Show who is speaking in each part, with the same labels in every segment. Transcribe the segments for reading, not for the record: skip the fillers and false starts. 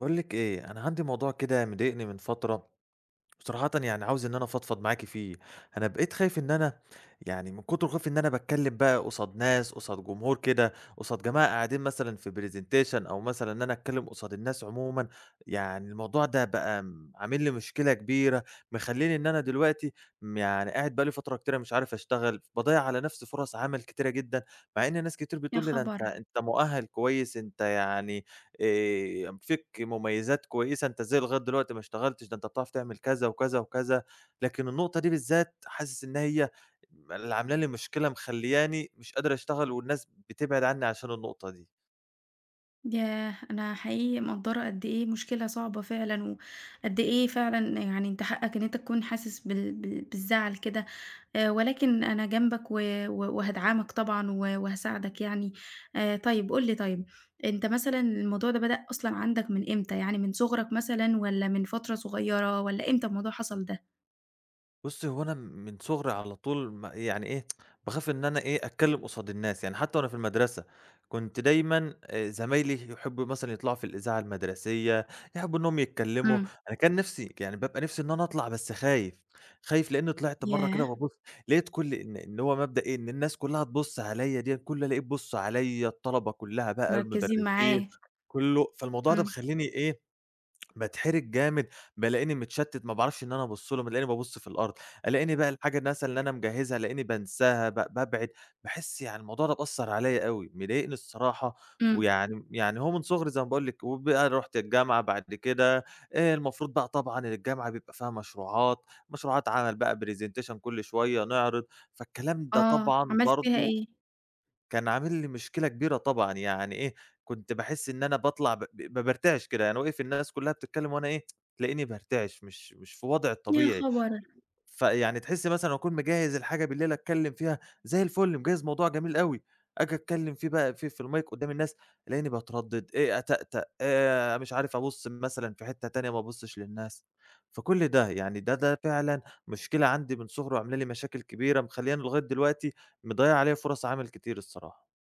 Speaker 1: باقول لِك إيه، أنا عندي موضوع كده مضايقني من فترة، وصراحةً يعني عاوز إن أنا أفضفض معاكِ فيه، أنا بقيت خايف إن أنا يعني من كتر خوفي إن أنا باتكلم بقى قصاد ناس، قصاد جمهور كده، قصاد جماعة قاعدين مثلًا في presentation أو مثلًا إن أنا أتكلم قصاد الناس عمومًا، يعني الموضوع ده بقى عامل لي مشكلة كبيرة، مخلّيني إن أنا دلوقتي يعني قاعد بقى لي فترة كتيرة مش عارف أشتغل، باضيّع على نفسي فرص عمل كتيرة جدًا، مع إن ناس كتير
Speaker 2: يا
Speaker 1: بتقول لي: "ده أنت
Speaker 2: خبر!
Speaker 1: أنت مؤهل كويس، أنت يعني فيك مميزات كويسة، أنت إزاي لغاية دلوقتي ما اشتغلتش؟ ده أنت بتعرف تعمل كذا وكذا وكذا، لكن النقطة دي بالذات حاسس إن هي اللي عاملة لي مشكلة مخلّياني مش قادر أشتغل والناس بتبعد عني عشان النقطة دي.
Speaker 2: ياه! أنا حقيقي مقدّرة قد إيه مشكلة صعبة فعلًا، وقد إيه فعلًا يعني أنت حقك إن أنت تكون حاسس بالزعل كده، ولكن أنا جنبك و و وهادعمك طبعًا وهاساعدك يعني. طيب قُل لي طيب، أنت مثلًا الموضوع ده بدأ أصلًا عندك من إمتى؟ يعني من صغرك مثلًا والّا من فترة صغيّرة والّا إمتى الموضوع حصل ده؟
Speaker 1: بُصّي، هو أنا من صغري على طول يعني إيه، باخاف إن أنا إيه، أتكلّم قصاد الناس، يعني حتى وأنا في المدرسة كنت دايمًا زمايلي يحبّوا مثلًا يطلعوا في الإذاعة المدرسية، يحبّوا إنّهم يتكلّموا،
Speaker 2: إمم.
Speaker 1: أنا كان نِفْسي يعني بابقى نِفْسي إن أنا أطلع بس خايف، خايف لإنّي طلعت مرّة كده
Speaker 2: ياه!
Speaker 1: بابُص لقيت كل إن هو مبدأ إيه، إن الناس كُلّها تبُص عليّا ديّة، كُلّه ألاقيه بيبُص عليّا، الطلبة كُلّها بقى،
Speaker 2: مركّزين
Speaker 1: المدرسين،
Speaker 2: معاك.
Speaker 1: كُلّه، فالموضوع ده
Speaker 2: إمم،
Speaker 1: مخلّيني إيه، باتحرج جامد، بالاقيني متشتت ما باعرفش إن أنا أبُص لهم، الاقيني بابُص في الأرض، الاقيني بقى الحاجة مثلًا اللي أنا مجهزها الاقيني بانساها، بابعد، باحس يعني الموضوع ده مأثّر عليَّ أوي، مضايقني الصراحة،
Speaker 2: إمم.
Speaker 1: ويعني هو من صغري زي ما باقول لِك، وبقى رُحت الجامعة بعد كده، المفروض بقى طبعًا إن الجامعة بيبقى فيها مشروعات، مشروعات عمل بقى presentation كل شوية نعرض، فالكلام ده
Speaker 2: آه،
Speaker 1: طبعًا
Speaker 2: عملت فيها
Speaker 1: برضه
Speaker 2: إيه؟
Speaker 1: كان عامل لي مشكلة كبيرة طبعًا، يعني إيه، كنت باحس إن أنا باطلع ب ب بارتعش كده، يعني واقف الناس كلّها بتتكلّم وأنا إيه، تلاقيني بارتعش مش في وضعي
Speaker 2: يا
Speaker 1: الطبيعي،
Speaker 2: خبر!
Speaker 1: فيعني تحس مثلًا أكون مجهّز الحاجة بالليل أتكلّم فيها زي الفل، مجهّز موضوع جميل أوي، آجي أتكلّم فيه بقى في المايك قدّام الناس، ألاقيني باتردد، إيه، أتأتأ، مش عارف أبُص مثلًا في حتّة تانية ما أبُصّش للناس، فكل ده يعني ده فعلًا مشكلة عندي من صغري وعاملة لي مشاكل كبيرة مخلّياني لغاية دلوقتي مضيّعة عليّا فُرَص عمل كتير الصراحة.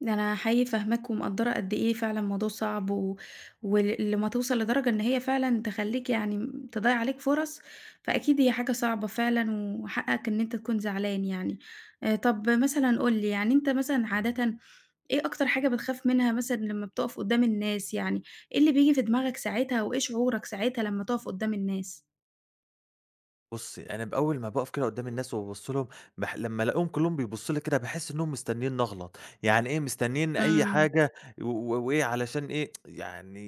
Speaker 2: ده أنا حقيقي فاهماك ومقدّرة قد إيه فعلًا الموضوع صعب و لمّا توصل لدرجة إن هي فعلًا تخلّيك يعني م تضيّع عليك فرص، فأكيد هي حاجة صعبة فعلًا وحقّك إن أنت تكون زعلان يعني. طب مثلًا قُل لي، يعني أنت مثلًا عادةً إيه أكتر حاجة بتخاف منها مثلًا لمّا بتقف قدّام الناس يعني؟ إيه اللي بييجي في دماغك ساعتها وإيه شعورك ساعتها لمّا تقف قدّام الناس؟
Speaker 1: بُصّي، أنا بأول ما باقف كده قدّام الناس وبابُص لهم، لمّا ألاقيهم كلّهم بيبُصّوا لي كده باحس إنّهم مستنّيني أغلط، يعني إيه مستنّيين أي
Speaker 2: إمم.
Speaker 1: حاجة و و وإيه علشان إيه، يعني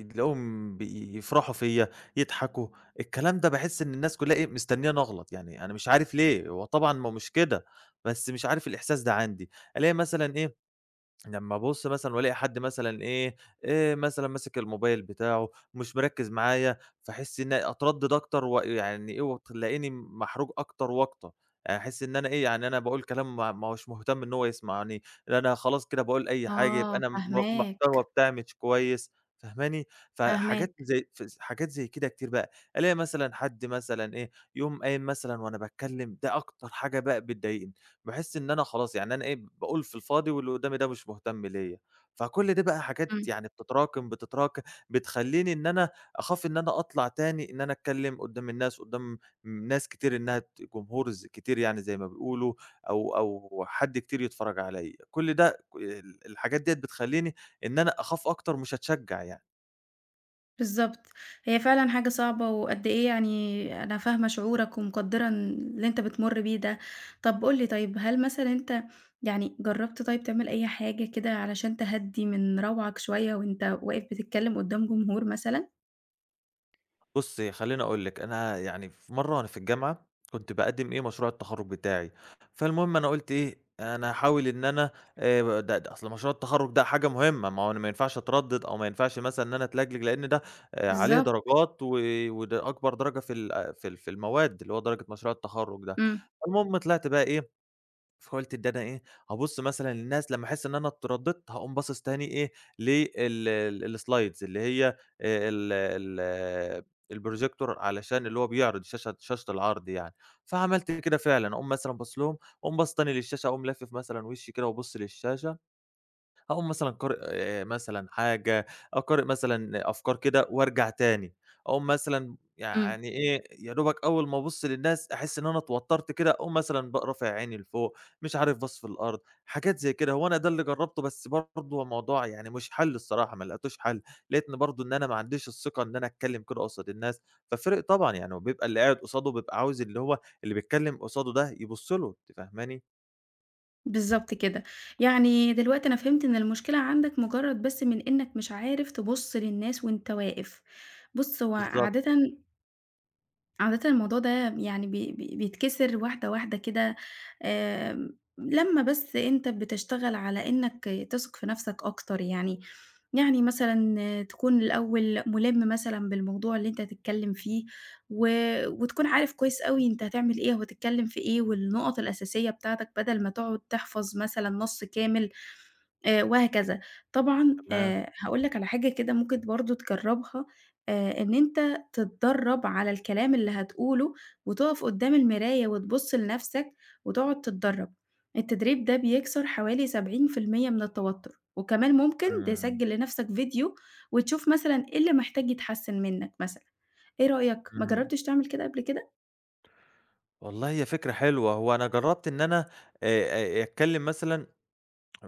Speaker 1: تلاقيهم يفرحوا فيّا، يضحكوا، الكلام ده باحس إن الناس كلّها إيه، مستنّياني أغلط، يعني أنا مش عارف ليه، هو طبعًا ما هو مش كده، بس مش عارف الإحساس ده عندي، ألاقي مثلًا إيه لمّا أبُص مثلًا وألاقي حد مثلًا إيه، مثلًا ماسك الموبايل بتاعه، مش مركّز معايا، فاحس إن أتردّد أكتر ويعني إيه، وتلاقيني محروج أكتر وأكتر، يعني أحس إن أنا إيه، يعني أنا باقول كلام ما هوش مهتم إن هو يسمعني، ده أنا خلاص كده باقول أي حاجة، يبقى
Speaker 2: آه،
Speaker 1: أنا المحتوى
Speaker 2: فاهماك،
Speaker 1: بتاعي مش كويس، فاهماني؟
Speaker 2: فاهماك.
Speaker 1: فحاجات زي حاجات زي كده كتير بقى، ألاقي مثلًا حد مثلًا إيه، يقوم قايم مثلًا وأنا باتكلم، ده أكتر حاجة بقى بتضايقني. باحس إن أنا خلاص يعني أنا إيه، باقول في الفاضي واللي قدّامي ده مش مهتم ليّا، فكل دي بقى حاجات
Speaker 2: إمم.
Speaker 1: يعني بتتراكم، بتتراكم، بتخلّيني إن أنا أخاف إن أنا أطلع تاني إن أنا أتكلّم قدّام الناس، قدّام ناس كتير إنها جمهور كتير يعني زي ما بيقولوا أو حد كتير يتفرّج عليّا، كل ده ك ال الحاجات ديّة بتخلّيني إن أنا أخاف أكتر مش أتشجّع يعني.
Speaker 2: بالضبط. هي فعلًا حاجة صعبة وقد إيه يعني أنا فاهمة شعورك ومقدّرة إن اللي أنت بتمُر بيه ده. طب قُل لي طيب، هل مثلًا أنت يعني جرّبت طيب تعمل أي حاجة كده علشان تهدّي من روعك شوية وأنت واقف بتتكلّم قدّام جمهور مثلًا؟
Speaker 1: بُصّي، خلّيني أقول لِك، أنا يعني في مرّة وأنا في الجامعة كنت باقدّم إيه، مشروع التخرُّج بتاعي، فالمهم أنا قُلت إيه، أنا هاحاول إن أنا ده أصل مشروع التخرُّج ده حاجة مهمة، ما هو أنا ما ينفعش أتردّد أو ما ينفعش مثلًا إن أنا أتلجلج، لإن ده عليه
Speaker 2: بالضبط.
Speaker 1: درجات و وده أكبر درجة في المواد اللي هو درجة مشروع التخرُّج ده،
Speaker 2: إمم،
Speaker 1: المهم طلعت بقى إيه فقُلت ده أنا إيه، هابُص مثلًا للناس لمّا أحس إن أنا اتردّدت، هاقوم باصص تاني إيه، لل ال الslides اللي هي ال ال الprojector علشان اللي هو بيعرض شاشة العرض يعني، فعملت كده فعلًا، أقوم مثلًا باصص لهم، أقوم باصص تاني للشاشة، أقوم لافف مثلًا وشّي كده وابُص للشاشة أقوم مثلًا قارئ مثلًا حاجة، أقارئ مثلًا أفكار كده وارجع تاني، أقوم مثلًا
Speaker 2: إمم.
Speaker 1: يعني إيه، يا دوبك أول ما أبُص للناس أحس إن أنا اتوترت كده، أقوم مثلًا بقى رافع عيني لفوق، مش عارف باصص في الأرض، حاجات زي كده. هو أنا ده اللي جرّبته، بس برضه الموضوع يعني مش حَل الصراحة، ما لقيتوش حَل، لقيتني برضه إن أنا ما عنديش الثقة إن أنا أتكلّم كده قصاد الناس، ففرق طبعًا يعني وبيبقى اللي قاعد قصاده بيبقى عاوز اللي هو اللي بيتكلّم قصاده ده يبُص له، أنتِ فاهماني؟
Speaker 2: بالضبط كده. يعني دلوقتي أنا فهمت إن المشكلة عندك مُجرّد بس من إنّك مش عارف تبُص للناس وأنت واقف. بُص، هو
Speaker 1: بالضبط،
Speaker 2: عادةً عادةً الموضوع ده يعني بي بي بيتكسر واحدة، واحدة كده آمم، لمّا بس أنت بتشتغل على إنّك تثق في نَفْسك أكتر يعني، يعني مثلًا تكون الأول مُلِم مثلًا بالموضوع اللي أنت هتتكلّم فيه و وتكون عارف كويس أوي أنت هتعمل إيه وهتتكلّم في إيه والنُقط الأساسية بتاعتك بدل ما تقعد تحفظ مثلًا نَص كامل وهكذا. طبعًا
Speaker 1: تمام،
Speaker 2: هاقول لك على حاجة كده ممكن برضه تجرّبها، إن أنت تتدرّب على الكلام اللي هتقوله وتُقف قدّام المراية وتبُص لنَفْسك وتقعد تتدرّب. التدريب ده بيكسر حوالي 70% من التوتُّر، وكمان ممكن
Speaker 1: إمم،
Speaker 2: تسجّل لنَفْسك فيديو وتشوف مثلًا إيه اللي محتاج يتحسّن منّك مثلًا. إيه رأيك؟ ما
Speaker 1: إمم،
Speaker 2: جرّبتش تعمل كده قبل كده؟
Speaker 1: والله هي فكرة حلوة، هو أنا جرّبت إن أنا أتكلّم مثلًا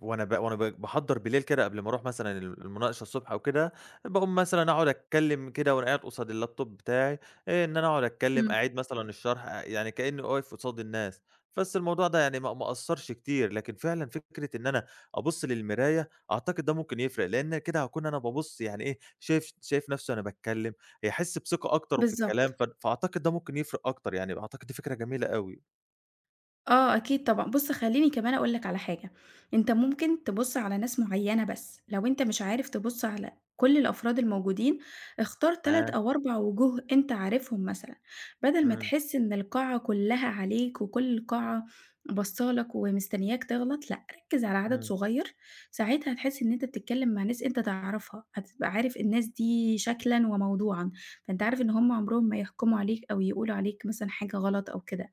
Speaker 1: وأنا ب وأنا ب باحضّر بالليل كده قبل ما أروح مثلًا المناقشة الصبح أو كده، باقوم مثلًا أقعد أتكلّم كده وأنا قاعد قصاد اللاب توب بتاعي، إن أنا أقعد أتكلّم،
Speaker 2: إمم.
Speaker 1: أعيد مثلًا الشرح، يعني كإنّي واقف قصاد الناس، بس الموضوع ده يعني ما أثّرش كتير، لكن فعلًا فكرة إن أنا أبُص للمراية أعتقد ده ممكن يفرق، لإن كده هاكون أنا بابُص يعني إيه، شايف نَفْسي وأنا باتكلّم، هيحس بثقة أكتر في
Speaker 2: بالضبط.
Speaker 1: الكلام، فأعتقد ده ممكن يفرق أكتر، يعني أعتقد دي فكرة جميلة أوي.
Speaker 2: آه، أكيد طبعًا. بُص، خلّيني كمان أقول لك على حاجة، أنت ممكن تبُص على ناس معيّنة بس، لو أنت مش عارف تبُص على كل الأفراد الموجودين، اختار 3
Speaker 1: تمام،
Speaker 2: أو 4 وجوه أنت عارفهم مثلًا، بدل ما
Speaker 1: إمم،
Speaker 2: تحس إن القاعة كلّها عليك وكل القاعة باصّة لك ومستنياك تغلط، لأ، ركّز على عدد
Speaker 1: إمم،
Speaker 2: صغير، ساعتها هتحس إن أنت بتتكلّم مع ناس أنت تعرفها، هتبقى عارف الناس دي شكلًا وموضوعًا، فأنت عارف إن هم عمرهم ما يحكموا عليك أو يقولوا عليك مثلًا حاجة غلط أو كده.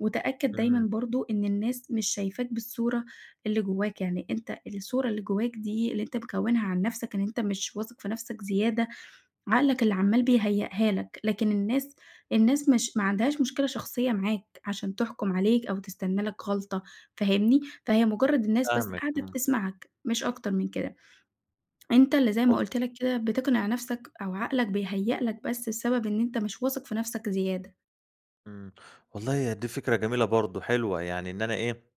Speaker 2: وتأكد دايمًا
Speaker 1: إمم،
Speaker 2: برضه إن الناس مش شايفاك بالصورة اللي جواك، يعني أنت الصورة اللي جواك دي اللي أنت مكوّنها عن نَفْسك إن أنت مش واثق في نَفْسك زيادة، عقلك اللي عمّال بيهيّئها لك، لكن الناس مش ما عندهاش مشكلة شخصية معاك عشان تحكُم عليك أو تستنى لك غلطة، فاهمني؟ فهي مجرّد الناس بس
Speaker 1: فاهمِك،
Speaker 2: قاعدة
Speaker 1: إمم.
Speaker 2: بتسمعك، مش أكتر من كده. أنت اللي زي ما قُلت لك كده بتقنع نَفْسك أو عقلك بيهيّأ لك بس بسبب إن أنت مش واثق في نَفْسك زيادة.
Speaker 1: إمم. والله هي دي فكرة جميلة برضه، حلوة. يعني إن أنا إيه،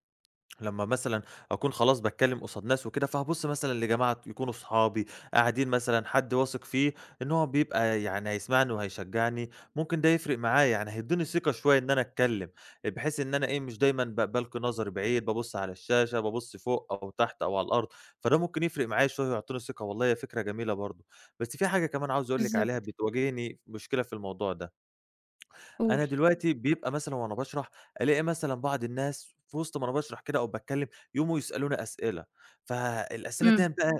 Speaker 1: لمّا مثلًا أكون خلاص باتكلّم قصاد ناس وكده، فهابُص مثلًا لجماعة يكونوا صحابي، قاعدين مثلًا حد واثق فيه إن هو بيبقى يعني هيسمعني وهيشجّعني، ممكن ده يفرق معايا، يعني هيدّيني ثقة شوية إن أنا أتكلّم، بحيث إن أنا إيه، مش دايمًا بالقي نظري بعيد، بابُص على الشاشة، بابُص فوق أو تحت أو على الأرض، فده ممكن يفرق معايا شوية ويعطّيني ثقة، والله هي فكرة جميلة برضه. بس في حاجة كمان عاوز أقول لِك عليها
Speaker 2: بالضبط،
Speaker 1: بتواجهني مشكلة في الموضوع ده.
Speaker 2: قُل.
Speaker 1: أنا دلوقتي بيبقى مثلًا وأنا باشرح، ألاقي مثلًا بعض الناس في وسط ما أنا باشرح كده أو باتكلم، يقوموا يسألوني أسئلة، فالأسئلة ديًّا
Speaker 2: إمم،
Speaker 1: بقى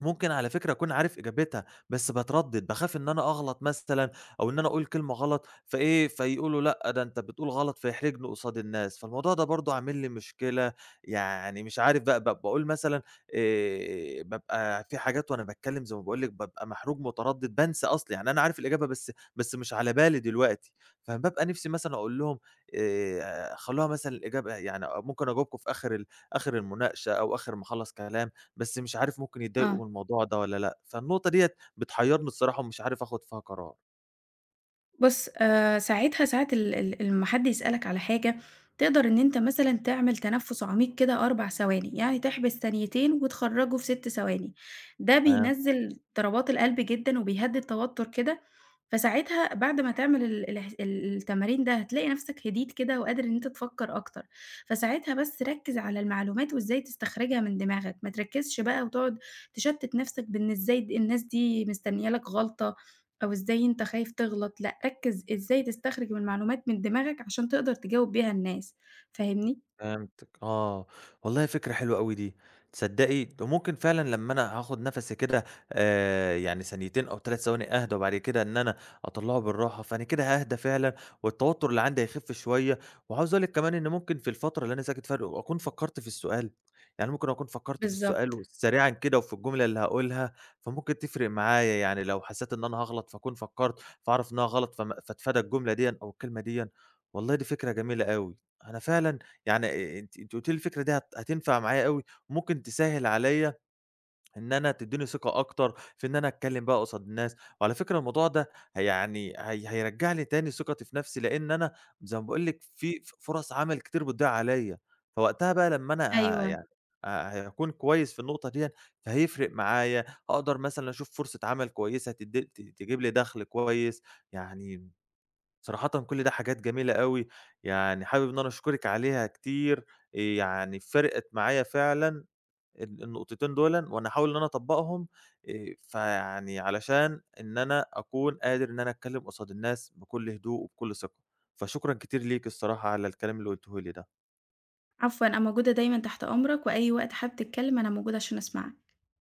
Speaker 1: ممكن على فكرة أكون عارف إجابتها، بس باتردد، باخاف إن أنا أغلط مثلًا أو إن أنا أقول كلمة غلط فإيه، فيقولوا لأ ده أنت بتقول غلط، فيحرجني قصاد الناس، فالموضوع ده برضه عامل لي مشكلة، يعني مش عارف بقى باقول مثلًا بابقى في حاجات وأنا باتكلم زي ما باقول لِك بابقى محروج متردد، بانسى أصلًا، يعني أنا عارف الإجابة بس مش على بالي دلوقتي، فبابقى نفسي مثلًا أقول لهم خلوها مثلًا الإجابة يعني ممكن أجاوبكم في آخر المناقشة أو آخر ما أخلّص كلام. بس مش عارف ممكن يتضايقوا
Speaker 2: آه.
Speaker 1: من الموضوع ده والّا لأ، فالنقطة ديّة بتحيّرني الصراحة ومش عارف آخُد فيها قرار.
Speaker 2: بُص، ساعتها ساعة ال ال لمّا حد يسألك على حاجة، تقدر إن أنت مثلًا تعمل تنفُّس عميق كده 4 ثواني، يعني تحبس ثانيتين وتخرّجه في 6 ثواني. ده
Speaker 1: تمام.
Speaker 2: بينزّل ضربات القلب جدًا وبيهدّي التوتر كده، فساعتها بعد ما تعمل ال الاح ال التمارين ده هتلاقي نَفْسك هديت كده وقادر إن أنت تفكّر أكتر. فساعتها بس ركّز على المعلومات وإزاي تستخرجها من دماغك، ما تركّزش بقى وتقعد تشتِّت نَفْسك بإن إزاي الناس دي مستنيّة لك غلطة، أو إزاي أنت خايف تغلط، لأ ركّز إزاي تستخرج من المعلومات من دماغك عشان تقدر تجاوب بيها الناس، فاهمني؟
Speaker 1: فهمتِك آه، والله فكرة حلوة أوي دي، تصدقي ده ممكن فعلًا لمّا أنا هاخد نفَسي كده يعني ثانيتين أو 3 ثواني أهدى، وبعد كده إن أنا أطلّعه بالراحة، فأنا كده هاهدى فعلًا، والتوتر اللي عندي هيخف شوية، وعاوز أقول لِك كمان إن ممكن في الفترة اللي أنا ساكت فيها أكون فكّرت في السؤال، يعني ممكن أكون فكّرت في السؤال
Speaker 2: بالضبط،
Speaker 1: و سريعًا كده وفي الجملة اللي هاقولها، فممكن تفرق معايا، يعني لو حسيت إن أنا هاغلط فأكون فكّرت، فأعرف إنها غلط فأتفادى الجملة ديًّا أو الكلمة ديًّا، والله دي فكرة جميلة أوي، أنا فعلًا يعني أنتِ قُلتِ لي الفكرة دي هتنفع معايا أوي، ممكن تسهِّل عليّا إن أنا تدّيني ثقة أكتر في إن أنا أتكلّم بقى قصاد الناس، وعلى فكرة الموضوع ده يعني هيرجّع لي تاني ثقتي في نَفْسي، لإن أنا زي ما باقول لِك في فرص عمل كتير بتضيع عليّا، فوقتها بقى لمّا أنا
Speaker 2: أيوه،
Speaker 1: يعني ه هاكون كويس في النقطة ديًا، فهيفرق معايا، هاقدر مثلًا أشوف فرصة عمل كويسة تد ت تجيب لي دَخْل كويس، يعني صراحةً كل ده حاجات جميلة أوي، يعني حابب إن أنا أشكرِك عليها كتير، يعني فرقت معايا فعلًا النقطتين دُولًا، وأنا هاحاول إن أنا أطبّقهم فيعني علشان إن أنا أكون قادر إن أنا أتكلّم قصاد الناس بكل هدوء وبكل ثقة، فشكرًا كتير ليكِ الصراحة على الكلام اللي قُلتيه لي ده.
Speaker 2: عفوًا أنا موجودة دايمًا تحت أمرك، وأي وقت حابب تتكلم أنا موجودة عشان أسمعك.